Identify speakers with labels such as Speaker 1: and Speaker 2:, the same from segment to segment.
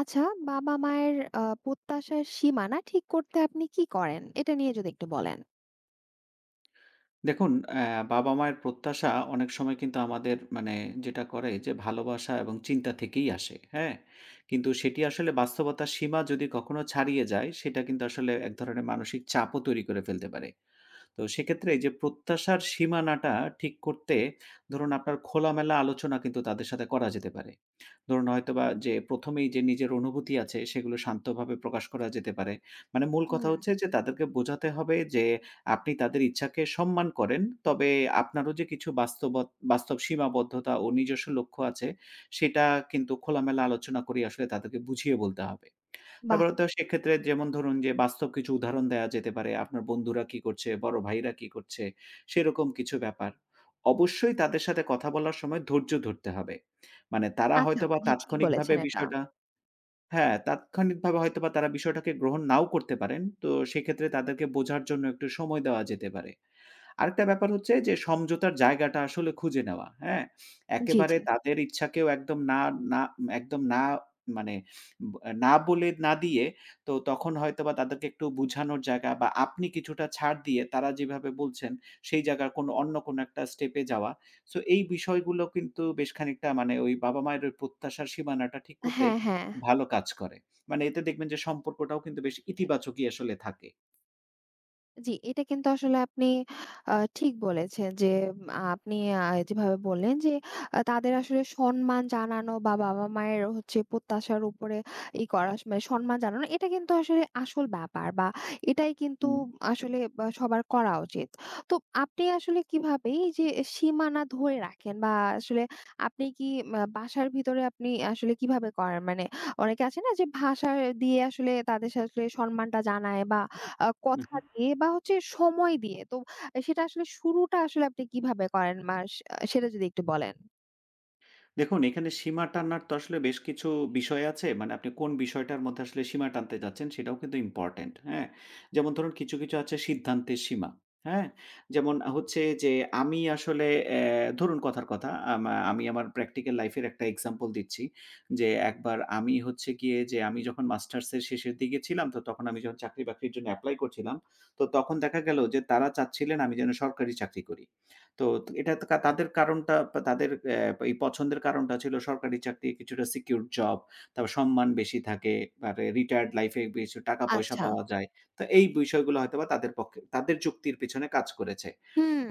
Speaker 1: আচ্ছা, বাবা-মায়ের প্রত্যাশার সীমানা ঠিক করতে আপনি কি করেন? এটা নিয়ে যদি একটু বলেন।
Speaker 2: দেখুন, বাবা-মায়ের প্রত্যাশা অনেক সময় কিন্তু আমাদের মানে যেটা করে যে ভালোবাসা এবং চিন্তা থেকেই আসে, হ্যাঁ? কিন্তু সেটি আসলে বাস্তবতার সীমা যদি কখনো ছাড়িয়ে যায়, সেটা কিন্তু আসলে এক ধরনের মানসিক চাপও তৈরি করে ফেলতে পারে। তো সেক্ষেত্রে এই যে প্রত্যাশার সীমানাটা ঠিক করতে ধরুন আপনার খোলামেলা আলোচনা কিন্তু তাদের সাথে করা যেতে পারে। ধরুন হয়তোবা যে ১ম এই যে নিজের অনুভূতি আছে সেগুলো শান্তভাবে প্রকাশ করা যেতে পারে। মানে মূল কথা
Speaker 1: হুম,
Speaker 2: হচ্ছে যে তাদেরকে বোঝাতে হবে যে আপনি তাদের ইচ্ছাকে সম্মান করেন। তবে আপনারও যে কিছু বাস্তব সীমাবদ্ধতা ও নিজস্ব লক্ষ্য আছে সেটা কিন্তু খোলামেলা আলোচনা করে আসলে তাদেরকে বুঝিয়ে বলতে হবে।
Speaker 1: বাহ!
Speaker 2: তারপরে তো সেক্ষেত্রে যেমন ধরুন যে বাস্তব কিছু উদাহরণ দেয়া যেতে পারে। আপনার বন্ধুরা কি করছে, বড় ভাইরা কি করছে, সেরকম কিছু ব্যাপার। অবশ্যই তাদের সাথে কথা বলার সময় ধৈর্য ধরতে হবে। মানে তারা
Speaker 1: আচ্ছা,
Speaker 2: হয়তোবা
Speaker 1: আচ্ছা। জি, ঠিক
Speaker 2: তাৎক্ষণিকভাবে
Speaker 1: বলেছেন এটা।
Speaker 2: বিষয়টা হ্যাঁ, তাৎক্ষণিকভাবে হয়তোবা তারা বিষয়টাকে গ্রহণ নাও করতে পারেন। তো সেক্ষেত্রে তাদেরকে বোঝার জন্য একটু সময় দেওয়া যেতে পারে। আরেকটা ব্যাপার হচ্ছে যে সমঝোতার জায়গাটা আসলে খুঁজে নেওয়া, হ্যাঁ?
Speaker 1: জি, জি।
Speaker 2: একেবারে তাদের ইচ্ছাকেও একদম না, না একদম না মানে ব না বলে না দিয়ে তো তখন হয়তোবা তাদেরকে একটু বুঝানোর জায়গা বা আপনি কিছুটা ছাড় দিয়ে তারা যেভাবে বলছেন সেই জায়গার কোনো অন্য কোনো একটা স্টেপে যাওয়া। সো এই বিষয়গুলো কিন্তু বেশ খানিকটা মানে ওই বাবা-মায়ের ওই প্রত্যাশার সীমানাটা ঠিক করতে
Speaker 1: হ্যাঁ, হ্যাঁ।
Speaker 2: খুব ভালো কাজ করে। মানে এতে দেখবেন যে সম্পর্কটাও কিন্তু বেশ ইতিবাচকই আসলে থাকে।
Speaker 1: জি, এটা কিন্তু আসলে আপনি ঠিক বলেছেন যে উম, আপনি আ যেভাবে বললেন যে তাদের আসলে সম্মান জানানো বা বাবা-মায়ের হচ্ছে প্রত্যাশার উপরে করা মানে সম্মান জানানো এটা কিন্তু আসলে আসল ব্যাপার বা এটাই কিন্তু
Speaker 2: হুম,
Speaker 1: আসলে বা সবার করা উচিত। তো আপনি আসলে কিভাবে এই যে সীমানা ধরে রাখেন বা আসলে আপনি কি বাসার ভিতরে আপনি আসলে কিভাবে করেন? মানে অনেকে আছে না যে ভাষা দিয়ে আসলে তাদের আসলে সম্মানটা জানায় বা
Speaker 2: হু,
Speaker 1: কথা
Speaker 2: হু।
Speaker 1: দিয়ে বা হচ্ছে সময় দিয়ে। তো সেটা আসলে শুরুটা আসলে আপনি কিভাবে করেন মাস আ সেটা যদি একটু বলেন?
Speaker 2: দেখুন, এখানে সীমা টানার তো আসলে বেশ কিছু বিষয় আছে। মানে আপনি কোন বিষয়টার মধ্যে আসলে সীমা টানতে যাচ্ছেন সেটাও কিন্তু ইম্পোর্টেন্ট, হ্যাঁ? যেমন ধরুন কিছু, কিছু আছে সিদ্ধান্তের সীমা, হ্যাঁ? যেমন হচ্ছে যে আমি আসলে ধরুন কথার কথা আমি আমার প্র্যাকটিক্যাল লাইফের একটা এক্সাম্পল দিচ্ছি। যে একবার আমি হচ্ছে গিয়ে যে আমি যখন মাস্টার্সের শেষের দিকে ছিলাম তো তখন আমি যখন চাকরি-বাকরির জন্য এপ্লাই করছিলাম, তো তখন দেখা গেল যে তারা চাচ্ছিলেন আমি যেন সরকারি চাকরি করি। তো এটা তো তাদের কারণটা তাদের এই পছন্দের কারণটা ছিল সরকারি চাকরি কিছুটা সিকিউরড জব। তারপর সম্মান বেশি থাকে। তারপরে রিটায়ার্ড লাইফ এ কিছু টাকা পয়সা
Speaker 1: আচ্ছা।
Speaker 2: পাওয়া যায়। তো এই বিষয়গুলো হয়তোবা তাদের পক্ষে তাদের যুক্তির পেছনে কাজ করেছে।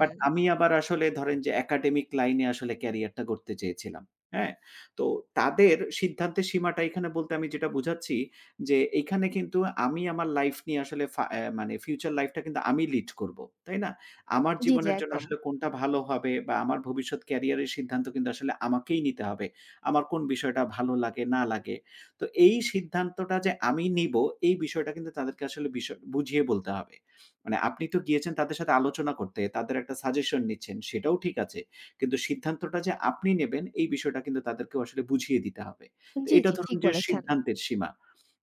Speaker 2: বাট আমি আবার আসলে ধরেন যে একাডেমিক লাইনে আসলে ক্যারিয়ারটা গড়তে চেয়েছিলাম। হ্যাঁ? তো তাদের সিদ্ধান্তের সীমাটা এখানে বলতে আমি যেটা বুঝাচ্ছি যে এইখানে কিন্তু আমি আমার লাইফ নিয়ে আসলে ফা অ্যা মানে ফিউচার লাইফটা কিন্তু আমি লিড করব। তাই না? আমার
Speaker 1: জি, জি,
Speaker 2: জীবনের জন্য
Speaker 1: একদম।
Speaker 2: আসলে কোনটা ভালো হবে বা আমার ভবিষ্যৎ ক্যারিয়ারের সিদ্ধান্ত কিন্তু আসলে আমাকেই নিতে হবে। আমার কোন বিষয়টা ভালো লাগে না লাগে। তো এই সিদ্ধান্তটা যে আমি নিব এই বিষয়টা কিন্তু তাদেরকে আসলে বিষয় বুঝিয়ে বলতে হবে। মানে আপনি তো গিয়েছেন তাদের সাথে আলোচনা করতে, তাদের একটা সাজেশন নিচ্ছেন, সেটাও ঠিক আছে। কিন্তু সিদ্ধান্তটা যে আপনি নেবেন, এই বিষয়টা কিন্তু তাদেরকেও আসলে বুঝিয়ে দিতে হবে। তো
Speaker 1: জি,
Speaker 2: এটা
Speaker 1: জি,
Speaker 2: ধরুন
Speaker 1: ঠিক
Speaker 2: যে
Speaker 1: বলেছেন।
Speaker 2: সিদ্ধান্তের সীমা।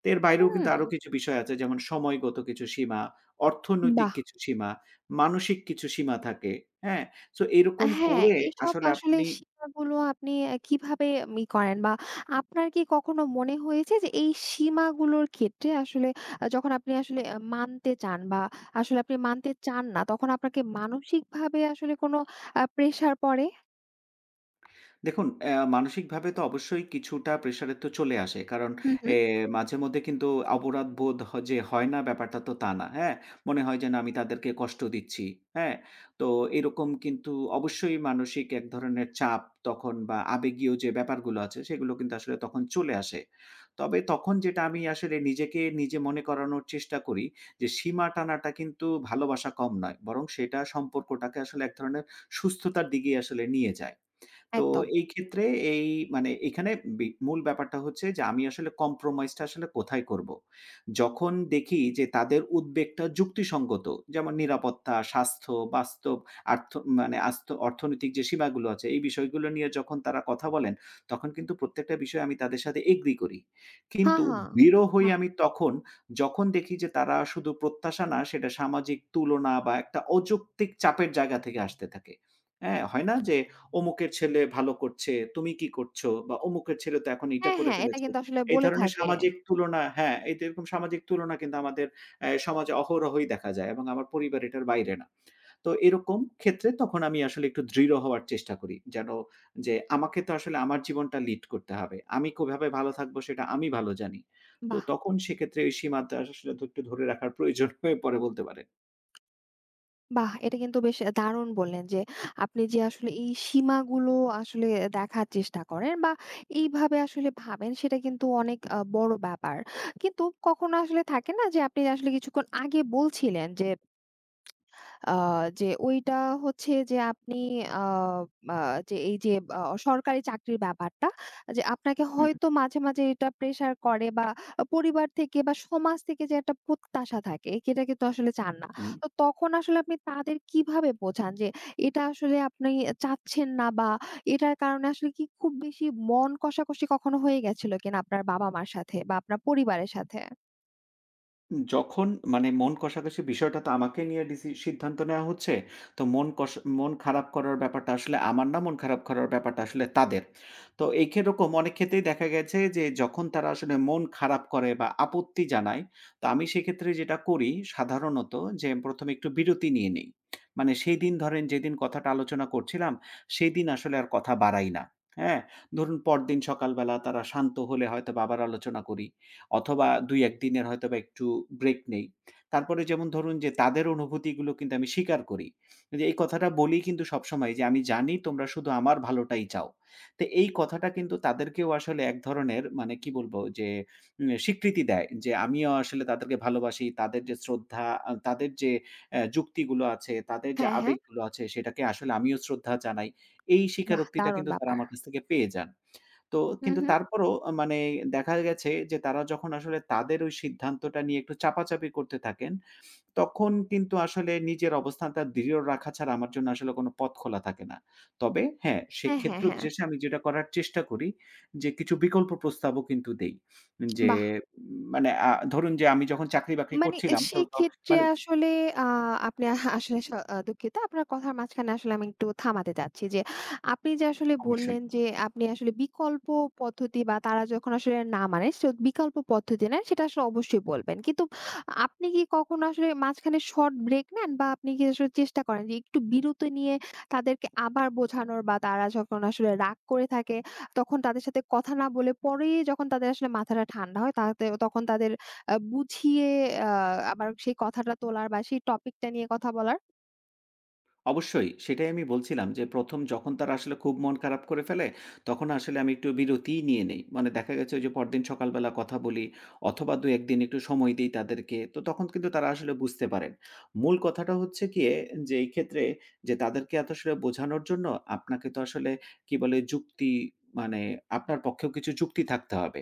Speaker 2: তো এর বাইরেও কিন্তু
Speaker 1: হুম।
Speaker 2: আরো কিছু বিষয় আছে যেমন সময়গত কিছু সীমা, অর্থনৈতিক
Speaker 1: বাহ!
Speaker 2: কিছু সীমা, মানসিক কিছু সীমা থাকে। হ্যাঁ? সো এরকম
Speaker 1: হ্যাঁ,
Speaker 2: করে
Speaker 1: এইসব
Speaker 2: আসলে
Speaker 1: আসলে
Speaker 2: আপনি
Speaker 1: সীমাগুলো আপনি কিভাবে ম ই করেন বা আপনার কি কখনো মনে হয়েছে যে এই সীমাগুলোর ক্ষেত্রে আসলে যখন আপনি আসলে মানতে চান বা আসলে আপনি মানতে চান না তখন আপনাকে মানসিকভাবে আসলে কোনো প্রেশার পড়ে?
Speaker 2: দেখুন, মানসিকভাবে তো অবশ্যই কিছুটা প্রেশারে তো চলে আসে। কারণ
Speaker 1: হুম, হুম।
Speaker 2: এ মাঝেমধ্যে কিন্তু অপরাধবোধ যে হয় না ব্যাপারটা তো তা না। হ্যাঁ? মনে হয় যেন আমি তাদেরকে কষ্ট দিচ্ছি। হ্যাঁ? তো এরকম কিন্তু অবশ্যই মানসিক এক ধরনের চাপ তখন বা আবেগীয় যে ব্যাপারগুলো আছে সেগুলো কিন্তু আসলে তখন চলে আসে। তবে তখন যেটা আমি আসলে নিজেকে নিজে মনে করানোর চেষ্টা করি যে সীমা টানাটা কিন্তু ভালোবাসা কম নয়। বরং সেটা সম্পর্কটাকে আসলে এক ধরনের সুস্থতার দিকেই আসলে নিয়ে যায়। তো
Speaker 1: একদম।
Speaker 2: এই ক্ষেত্রে এই মানে এখানে মূল ব্যাপারটা হচ্ছে যে আমি আসলে compromise টা আসলে কোথায় করব? যখন দেখি যে তাদের উদ্বেগটা যুক্তিসঙ্গত, যেমন নিরাপত্তা, স্বাস্থ্য, বাস্তব আর্থ মানে অর্থনৈতিক যে সীমাগুলো আছে এই বিষয়গুলো নিয়ে যখন তারা কথা বলেন, তখন কিন্তু প্রত্যেকটা বিষয়ে আমি তাদের সাথে এগ্রি করি।
Speaker 1: হা,
Speaker 2: কিন্তু
Speaker 1: হা।
Speaker 2: দৃঢ় হই
Speaker 1: বাহ!
Speaker 2: আমি তখন, যখন দেখি যে তারা শুধু প্রত্যাশা না সেটা সামাজিক তুলনা বা একটা অযৌক্তিক চাপের জায়গা থেকে আসতে থাকে। হ্যাঁ, হয় না যে অমুকের ছেলে ভালো করছে, তুমি কি করছো? বা অমুকের ছেলে তো এখন এইটা
Speaker 1: হ্যাঁ,
Speaker 2: করে
Speaker 1: হ্যাঁ, এটা
Speaker 2: ফেলেছে।
Speaker 1: কিন্তু আসলে
Speaker 2: এই
Speaker 1: বলে
Speaker 2: ধরনের
Speaker 1: থাকে।
Speaker 2: সামাজিক তুলনা হ্যাঁ, এই তো এরকম সামাজিক তুলনা কিন্তু আমাদের সমাজে অহরহই দেখা যায় এবং আমার পরিবার এটার বাইরে না। তো এরকম ক্ষেত্রে তখন আমি আসলে একটু দৃঢ় হওয়ার চেষ্টা করি। যেন যে আমাকে তো আসলে আমার জীবনটা লিড করতে হবে। আমি কিভাবে ভালো থাকবো সেটা আমি ভালো জানি। তো
Speaker 1: বাহ!
Speaker 2: তখন সেক্ষেত্রে ওই সীমাটা আসলে একটু ধরে রাখার প্রয়োজন হয়ে পড়ে বলতে পারেন।
Speaker 1: বাহ! এটা কিন্তু বেশ দারুণ বললেন যে আপনি যে আসলে এই সীমাগুলো আসলে দেখার চেষ্টা করেন বা এইভাবে আসলে ভাবেন সেটা কিন্তু অনেক বড় ব্যাপার। কিন্তু কখনো আসলে থাকে না যে, আপনি আসলে কিছুক্ষণ আগে বলছিলেন যে আ যে ওইটা হচ্ছে যে আপনি আ আ যে এই যে আ সরকারি চাকরির ব্যাপারটা যে আপনাকে
Speaker 2: হুম,
Speaker 1: হয়তো মাঝে, মাঝে এটা প্রেশার করে বা পরিবার থেকে বা সমাজ থেকে যে একটা প্রত্যাশা থাকে এটা কিন্তু আসলে চান না।
Speaker 2: হুম।
Speaker 1: তো তখন আসলে আপনি তাদের কিভাবে বোঝান যে এটা আসলে আপনি চাচ্ছেন না বা এটার কারণে আসলে কি খুব বেশি মন কষাকষি কখনো হয়ে গেছিল কিনা আপনার বাবা-মার সাথে বা আপনার পরিবারের সাথে?
Speaker 2: যখন মানে মন কষাকষি বিষয়টা তো আমাকে নিয়ে সিদ্ধান্ত নেওয়া হচ্ছে। তো মন খারাপ করার ব্যাপারটা আসলে আমার না, মন খারাপ করার ব্যাপারটা আসলে তাদের। তো এই খে এরকম অনেক ক্ষেত্রেই দেখা গেছে যে যখন তারা আসলে মন খারাপ করে বা আপত্তি জানায়, তো আমি সেক্ষেত্রে যেটা করি সাধারণত যে ১ম এ একটু বিরতি নিয়ে নেই। মানে সেই দিন ধরেন যেদিন কথাটা আলোচনা করছিলাম, সেদিন আসলে আর কথা বাড়াই না। হ্যাঁ? ধরুন পরদিন সকালবেলা তারা শান্ত হলে হয়তোবা আবার আলোচনা করি। অথবা ২-১ দিনের হয়তোবা একটু ব্রেক নেই। তারপরে যেমন ধরুন যে তাদের অনুভূতিগুলো কিন্তু আমি স্বীকার করি। যে এই কথাটা বলি কিন্তু সবসময় যে, "আমি জানি তোমরা শুধু আমার ভালোটাই চাও।" তো এই কথাটা কিন্তু তাদেরকেও আসলে এক ধরনের মানে কি বলবো যে স্বীকৃতি দেয় যে আমিও আসলে তাদেরকে ভালোবাসি। তাদের যে শ্রদ্ধা, তাদের যে যুক্তিগুলো আছে, তাদের যে
Speaker 1: হ্যাঁ, হ্যাঁ।
Speaker 2: আবেগগুলো আছে সেটাকে আসলে আমিও শ্রদ্ধা জানাই। এই
Speaker 1: বাহ!
Speaker 2: স্বীকারোক্তিটা
Speaker 1: দারুণ
Speaker 2: কিন্তু তারা
Speaker 1: ব্যাপার।
Speaker 2: আমার কাছ থেকে পেয়ে যান। তো
Speaker 1: হু,
Speaker 2: কিন্তু
Speaker 1: হু।
Speaker 2: তারপরও মানে দেখা গেছে যে তারা যখন আসলে তাদের ওই সিদ্ধান্তটা নিয়ে একটু চাপাচাপি করতে থাকেন, তখন কিন্তু আসলে নিজের অবস্থানটা দৃঢ় রাখা ছাড়া আমার জন্য আসলে কোনো পথ খোলা থাকে না। তবে হ্যাঁ,
Speaker 1: হ্যাঁ, হ্যাঁ,
Speaker 2: সেক্ষেত্র
Speaker 1: হ্যাঁ।
Speaker 2: বিশেষে আমি যেটা করার চেষ্টা করি যে কিছু বিকল্প প্রস্তাবও কিন্তু দেই। যে
Speaker 1: বাহ!
Speaker 2: মানে ধরুন যে আমি যখন চাকরি-বাকরি
Speaker 1: মানে এ
Speaker 2: করছিলাম তো, তো
Speaker 1: সেক্ষেত্রে
Speaker 2: মানে
Speaker 1: আসলে আ আপনি আহা আসলে স আ দুঃখিত। আপনার কথার মাঝখানে আসলে আমি একটু থামাতে চাচ্ছি যে, আপনি যে আসলে
Speaker 2: অবশ্যই।
Speaker 1: বললেন যে, আপনি আসলে বিকল্প পদ্ধতি বা তারা যখন আসলে না মানে সো বিকল্প পদ্ধতি নেন সেটা আসলে অবশ্যই বলবেন। কিন্তু আপনি কি কখনো আসলে মাঝখানে শর্ট ব্রেক নেন বা আপনি কি আসলে চেষ্টা করেন যে একটু বিরতি নিয়ে তাদেরকে আবার বোঝানোর বা তারা যখন আসলে রাগ করে থাকে তখন তাদের সাথে কথা না বলে পরে যখন তাদের আসলে মাথাটা ঠান্ডা হয় তাতে তখন তাদের বুঝিয়ে আ আবার সেই কথাটা তোলার বা সেই টপিকটা নিয়ে কথা বলার?
Speaker 2: অবশ্যই। সেটাই আমি বলছিলাম যে ১ম যখন তারা আসলে খুব মন খারাপ করে ফেলে, তখন আসলে আমি একটু বিরতিই নিয়ে নেই। মানে দেখা গেছে ওই যে পরদিন সকালবেলা কথা বলি অথবা ২-১ দিন একটু সময় দেই তাদেরকে। তো তখন কিন্তু তারা আসলে বুঝতে পারেন। মূল কথাটা হচ্ছে গিয়ে যে এই ক্ষেত্রে যে তাদেরকে এত আসলে বোঝানোর জন্য আপনাকে তো আসলে কি বলে যুক্তি মানে আপনার পক্ষেও কিছু যুক্তি থাকতে হবে।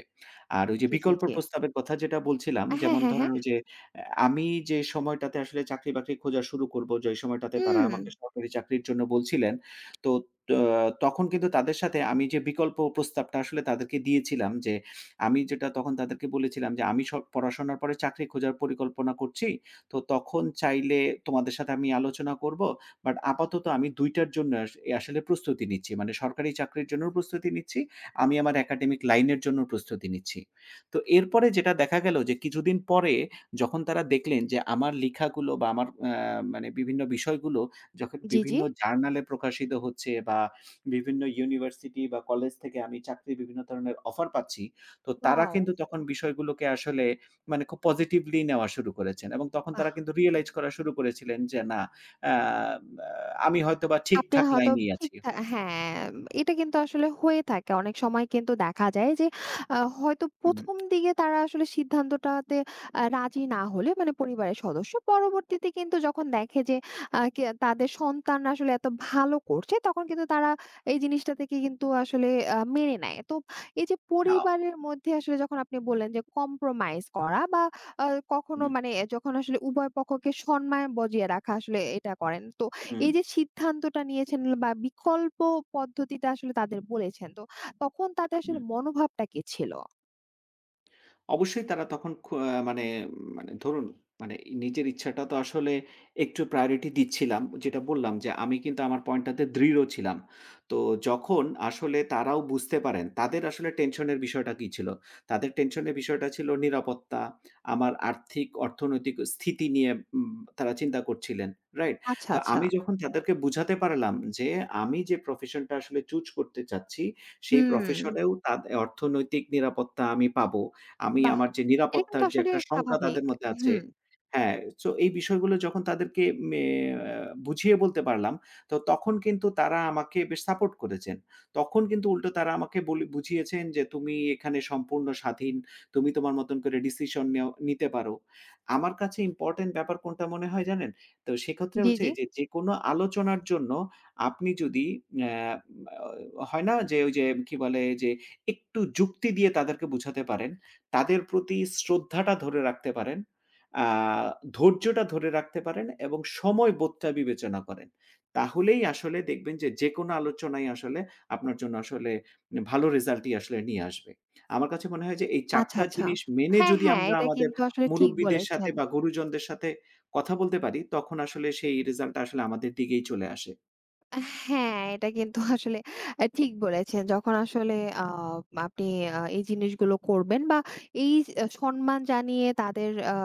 Speaker 2: আর ওই যে
Speaker 1: জি, জি,
Speaker 2: বিকল্প
Speaker 1: জি।
Speaker 2: প্রস্তাবের কথা যেটা বলছিলাম
Speaker 1: হ্যাঁ,
Speaker 2: যেমন
Speaker 1: হ্যাঁ,
Speaker 2: ধরেন
Speaker 1: হ্যাঁ।
Speaker 2: ওই যে আমি যে সময়টাতে আসলে চাকরি-বাকরি খোঁজা শুরু করব, যে সময়টাতে তারা
Speaker 1: হুম।
Speaker 2: আমাকে সরকারি চাকরির জন্য বলছিলেন, তো ত্য তখন কিন্তু তাদের সাথে আমি যে বিকল্প প্রস্তাবটা আসলে তাদেরকে দিয়েছিলাম যে, আমি যেটা তখন তাদেরকে বলেছিলাম যে, "আমি সব পড়াশোনার পরে চাকরি খোঁজার পরিকল্পনা করছি। তো তখন চাইলে তোমাদের সাথে আমি আলোচনা করব। বাট আপাতত আমি ২ টার জন্য আসলে প্রস্তুতি নিচ্ছি। মানে সরকারি চাকরির জন্যও প্রস্তুতি নিচ্ছি, আমি আমার একাডেমিক লাইনের জন্যও প্রস্তুতি নিচ্ছি।" তো এরপরে যেটা দেখা গেল যে কিছুদিন পরে যখন তারা দেখলেন যে আমার লিখাগুলো বা আমার মানে বিভিন্ন বিষয়গুলো যখন
Speaker 1: জি, জি।
Speaker 2: বিভিন্ন জার্নালে প্রকাশিত হচ্ছে বা বিভিন্ন ইউনিভার্সিটি বা কলেজ থেকে আমি চাকরির বিভিন্ন ধরনের অফার পাচ্ছি। তো তারা
Speaker 1: ওয়াও!
Speaker 2: কিন্তু তখন বিষয়গুলোকে আসলে মানে খুব পজিটিভলি নেওয়া শুরু করেছেন এবং তখন
Speaker 1: বাহ!
Speaker 2: তারা কিন্তু রিয়ালাইজ করা শুরু করেছিলেন যে না আ আমি হয়তোবা
Speaker 1: আপনি
Speaker 2: ঠিকঠাক
Speaker 1: হয়তো
Speaker 2: লাইনেই
Speaker 1: ঠিক
Speaker 2: আছি।
Speaker 1: থা হ্যাঁ, এটা কিন্তু আসলে হয়ে থাকে। অনেক সময় কিন্তু দেখা যায় যে হয়তো
Speaker 2: হুম।
Speaker 1: ১ম দিকে তারা আসলে সিদ্ধান্তটাতে রাজি না হলে মানে পরিবারের সদস্য পরবর্তীতে কিন্তু যখন দেখে যে আ কে তাদের সন্তান আসলে এত ভালো করছে তখন কিন্তু তারা এই জিনিসটা থেকে কিন্তু আসলে মেনে নেয়। তো এই যে
Speaker 2: আ
Speaker 1: পরিবারের মধ্যে আসলে যখন আপনি বললেন যে কম্প্রোমাইজ করা বা আ কখনো
Speaker 2: হুম,
Speaker 1: মানে যখন আসলে উভয় পক্ষকে সম্মান বজিয়ে রাখা আসলে এটা করেন। তো
Speaker 2: হুম,
Speaker 1: এই যে সিদ্ধান্তটা নিয়েছেন বা বিকল্প পদ্ধতিটা আসলে তাদের বলেছেন। তো তখন তাদের
Speaker 2: হুম।
Speaker 1: আসলে মনোভাবটা কি ছিল?
Speaker 2: অবশ্যই তারা তখন খু আ মানে মানে ধরুন মানে নিজের ইচ্ছাটা তো আসলে একটু প্রায়োরিটি দিচ্ছিলাম। যেটা বললাম যে আমি কিন্তু আমার পয়েন্টটাতে দৃঢ় ছিলাম। তো যখন আসলে তারাও বুঝতে পারেন, তাদের আসলে টেনশনের বিষয়টা কী ছিল? তাদের টেনশনের বিষয়টা ছিল নিরাপত্তা, আমার আর্থিক, অর্থনৈতিক স্থিতি নিয়ে তারা চিন্তা করছিলেন। রাইট?
Speaker 1: আচ্ছা,
Speaker 2: তো
Speaker 1: আচ্ছা।
Speaker 2: আমি যখন তাদেরকে বুঝাতে পারলাম যে আমি যে প্রফেশনটা আসলে চুজ করতে চাচ্ছি, সেই
Speaker 1: হুম,
Speaker 2: প্রফেশনেও অর্থনৈতিক নিরাপত্তা আমি পাবো। আমি
Speaker 1: বাহ!
Speaker 2: আমার যে
Speaker 1: এটা কিন্তু
Speaker 2: নিরাপত্তার যে
Speaker 1: আসলে
Speaker 2: একটা শঙ্কা
Speaker 1: স্বাভাবিক।
Speaker 2: তাদের মধ্যে আছে
Speaker 1: হুম,
Speaker 2: হ্যাঁ, সো এই বিষয়গুলো যখন তাদেরকে মে আ বুঝিয়ে বলতে পারলাম, তো তখন কিন্তু তারা আমাকে বেশ সাপোর্ট করেছেন। তখন কিন্তু উল্টো তারা আমাকে বলি বুঝিয়েছেন যে, "তুমি এখানে সম্পূর্ণ স্বাধীন। তুমি তোমার মতন করে ডিসিশন নেও নিতে পারো।" আমার কাছে ইম্পোর্টেন্ট ব্যাপার কোনটা মনে হয় জানেন? তো সেক্ষেত্রে
Speaker 1: জি,
Speaker 2: হচ্ছে
Speaker 1: জি।
Speaker 2: যে, যেকোনো আলোচনার জন্য আপনি যদি অ্যা হয় না যে, ওই যে কি বলে? যে একটু যুক্তি দিয়ে তাদেরকে বুঝাতে পারেন। তাদের প্রতি শ্রদ্ধাটা ধরে রাখতে পারেন, আ ধৈর্যটা ধরে রাখতে পারেন এবং সময় বোধটা বিবেচনা করেন। তাহলেই আসলে দেখবেন যে, যেকোনো আলোচনাই আসলে আপনার জন্য আসলে ভালো রেজাল্টই আসলে নিয়ে আসবে। আমার কাছে মনে হয় যে, এই ৪
Speaker 1: আচ্ছা,
Speaker 2: টা
Speaker 1: আচ্ছা।
Speaker 2: জিনিস মেনে
Speaker 1: হ্যাঁ,
Speaker 2: যদি
Speaker 1: হ্যাঁ,
Speaker 2: আমরা
Speaker 1: এটা
Speaker 2: আমাদের
Speaker 1: কিন্তু আসলে ঠিক
Speaker 2: মুরুব্বিদের সাথে
Speaker 1: বলেছেন।
Speaker 2: বা গুরুজনদের সাথে কথা বলতে পারি, তখন আসলে সেই রেজাল্টটা আসলে আমাদের দিকেই চলে আসে।
Speaker 1: আ হ্যাঁ, এটা কিন্তু আসলে ঠিক বলেছেন। যখন আসলে আ আপনি এই জিনিসগুলো করবেন বা এই সম্মান জানিয়ে তাদের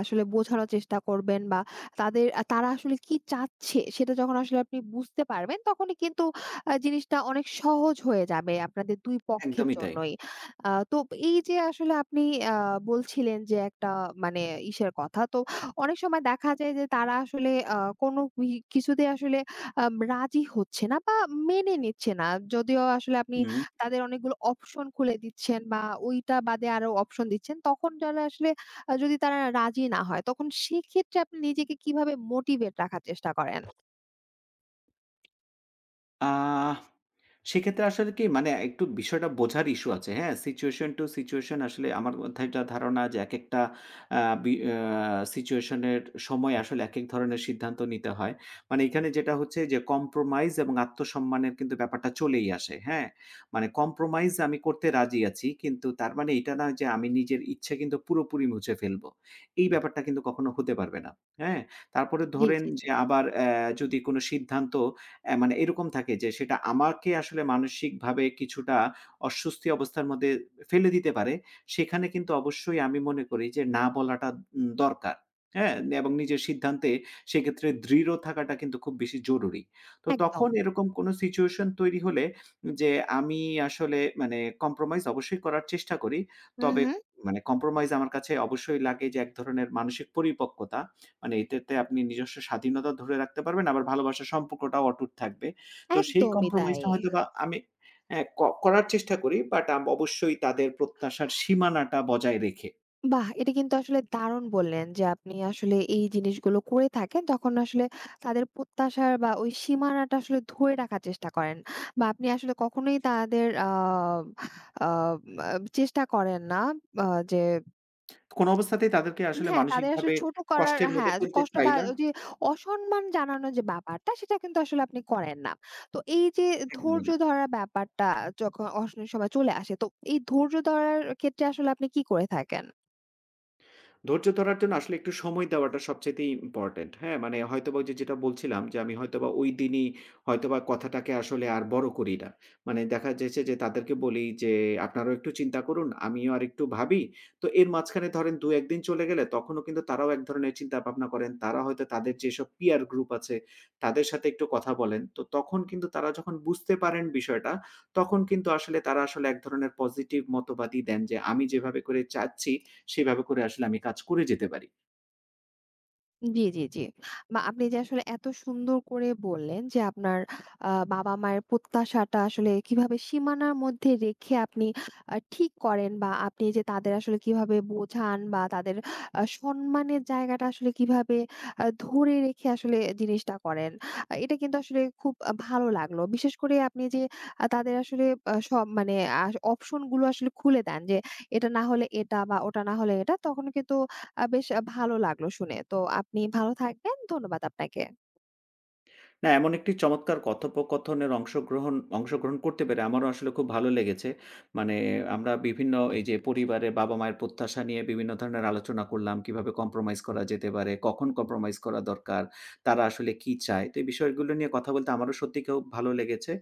Speaker 1: আসলে বোঝানোর চেষ্টা করবেন বা তাদের আ তারা আসলে কি চাচ্ছে সেটা যখন আসলে আপনি বুঝতে পারবেন, তখনই কিন্তু জিনিসটা অনেক সহজ হয়ে যাবে আপনাদের ২ পক্ষের
Speaker 2: একদমই তাই।
Speaker 1: জন্যই। তো এই যে আসলে আপনি আ বলছিলেন যে একটা মানে কথা। তো অনেক সময় দেখা যায় যে তারা আসলে কোনো কিছুতে আসলে রাজি হচ্ছে না বা মেনে নিচ্ছে না। যদিও আসলে আপনি
Speaker 2: হু।
Speaker 1: তাদের অনেকগুলো অপশন খুলে দিচ্ছেন বা ওইটা বাদে আরো অপশন দিচ্ছেন। তখন যারা আসলে আ যদি তারা রাজি না হয় তখন সেক্ষেত্রে আপনি নিজেকে কিভাবে মোটিভেট রাখার চেষ্টা করেন?
Speaker 2: আহ সেক্ষেত্রে আসলে কি মানে একটু বিষয়টা বোঝার ইস্যু আছে। হ্যাঁ? সিচুয়েশন টু সিচুয়েশন আসলে আমার মাথায় যা ধারণা যে একেকটা আ বি আ সিচুয়েশন এর সময় আসলে একেক ধরনের সিদ্ধান্ত নিতে হয়। মানে এখানে যেটা হচ্ছে যে কম্প্রোমাইজ এবং আত্মসম্মানের কিন্তু ব্যাপারটা চলেই আসে। হ্যাঁ? মানে কম্প্রোমাইজ আমি করতে রাজি আছি। কিন্তু তার মানে এটা না যে আমি নিজের ইচ্ছে কিন্তু পুরোপুরি মুছে ফেলবো। এই ব্যাপারটা কিন্তু কখনো হতে পারবে না। হ্যাঁ? তারপরে
Speaker 1: জি,
Speaker 2: ধরেন
Speaker 1: জি, জি।
Speaker 2: যে আবার যদি কোনো সিদ্ধান্ত মানে এরকম থাকে যে সেটা আমাকে আসলে মানসিকভাবে কিছুটা অস্বস্তি অবস্থার মধ্যে ফেলে দিতে পারে। সেখানে কিন্তু অবশ্যই আমি মনে করি যে না বলাটা দরকার। হ্যাঁ? এবং নিজের সিদ্ধান্তে সেক্ষেত্রে দৃঢ় থাকাটা কিন্তু খুব বেশি জরুরি। তো
Speaker 1: একদম।
Speaker 2: তখন এরকম কোনো সিচুয়েশন তৈরি হলে যে আমি আসলে মানে কম্প্রোমাইজ অবশ্যই করার চেষ্টা করি।
Speaker 1: হু,
Speaker 2: তবে
Speaker 1: হু।
Speaker 2: মানে কম্প্রোমাইজ আমার কাছে অবশ্যই লাগে যে এক ধরনের মানসিক পরিপক্কতা। মানে এটাতে আপনি নিজস্ব স্বাধীনতা ধরে রাখতে পারবেন, আবার ভালোবাসার সম্পর্কটাও অটুট থাকবে। তো সেই
Speaker 1: একদমই তাই।
Speaker 2: কম্প্রোমাইজটা হয়তোবা আমি হ্যাঁ, করার চেষ্টা করি বাট অবশ্যই তাদের প্রত্যাশার সীমানাটা বজায় রেখে।
Speaker 1: বাহ! এটা কিন্তু আসলে দারুণ বললেন যে আপনি আসলে এই জিনিসগুলো করে থাকেন। তখন আসলে তাদের প্রত্যাশার বা ওই সীমানাটা আসলে ধরে রাখার চেষ্টা করেন। বা আপনি আসলে কখনোই তাদের আ আ আব চেষ্টা করেন না আ যে
Speaker 2: কোনো অবস্থাতেই তাদেরকে আসলে
Speaker 1: হ্যাঁ, তাদের আসলে
Speaker 2: মানসিকভাবে
Speaker 1: ছোট করার,
Speaker 2: কষ্টের মধ্যে
Speaker 1: হ্যাঁ,
Speaker 2: ফেলতে
Speaker 1: কষ্ট
Speaker 2: চাই
Speaker 1: বা
Speaker 2: না।
Speaker 1: ওই যে অসম্মান জানানোর যে ব্যাপারটা, সেটা কিন্তু আসলে আপনি করেন না। তো এই যে
Speaker 2: একদমই
Speaker 1: ধৈর্য
Speaker 2: না।
Speaker 1: ধরার ব্যাপারটা যখন অনেক সময় চলে আসে, তো এই ধৈর্য ধরার ক্ষেত্রে আসলে আপনি কি করে থাকেন?
Speaker 2: ধৈর্য ধরার জন্য আসলে একটু সময় দেওয়াটা সবচাইতেই ইম্পোর্টেন্ট। হ্যাঁ? মানে হয়তোবা ওই যে যেটা বলছিলাম যে আমি হয়তোবা ওই দিনই হয়তোবা কথাটাকে আসলে আর বড় করি না। মানে দেখা যাচ্ছে যে তাদেরকে বলি যে, "আপনারাও একটু চিন্তা করুন, আমিও আরেকটু ভাবি।" তো এর মাঝখানে ধরেন ২-১ দিন চলে গেলে তখনও কিন্তু তারাও এক ধরনের চিন্তা-ভাবনা করেন। তারা হয়তো তাদের যেসব পিয়ার গ্রুপ আছে তাদের সাথে একটু কথা বলেন। তো তখন কিন্তু তারা যখন বুঝতে পারেন বিষয়টা তখন কিন্তু আসলে তারা আসলে এক ধরনের পজিটিভ মতবাদই দেন যে, "আমি যেভাবে করে চাচ্ছি সেভাবে করে আসলে আমি কাজ করে যেতে পারি।
Speaker 1: জি, জি, জি। বা আপনি যে আসলে এত সুন্দর করে বললেন যে আপনার বাবা-মায়ের প্রত্যাশাটা আসলে কিভাবে সীমানার মধ্যে রেখে আপনি ঠিক করেন বা আপনি যে তাদের আসলে কিভাবে বোঝান বা তাদের সম্মানের জায়গাটা আসলে কিভাবে ধরে রেখে আসলে জিনিসটা করেন। এটা কিন্তু আসলে খুব ভালো লাগলো। বিশেষ করে আপনি যে তাদের আসলে সব মানে আ অপশন গুলো আসলে খুলে দেন যে এটা না হলে এটা বা ওটা না হলে এটা। তখন কিন্তু বেশ ভালো লাগলো শুনে। তো আপনি ভালো থাকবেন। ধন্যবাদ আপনাকে।
Speaker 2: না, এমন একটি চমৎকার কথোপকথনের অংশগ্রহণ অংশগ্রহণ করতে পেরে আমারও আসলে খুব ভালো লেগেছে। মানে আমরা বিভিন্ন এই যে পরিবারে বাবা-মায়ের প্রত্যাশা নিয়ে বিভিন্ন ধরনের আলোচনা করলাম। কিভাবে কম্প্রোমাইজ করা যেতে পারে, কখন কম্প্রোমাইজ করা দরকার, তারা আসলে কি চায়। তো এই বিষয়গুলো নিয়ে কথা বলতে আমারও সত্যি খুব ভালো লেগেছে।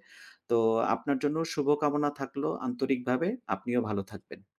Speaker 2: তো আপনার জন্য শুভকামনা থাকলো আন্তরিকভাবে। আপনিও ভালো থাকবেন।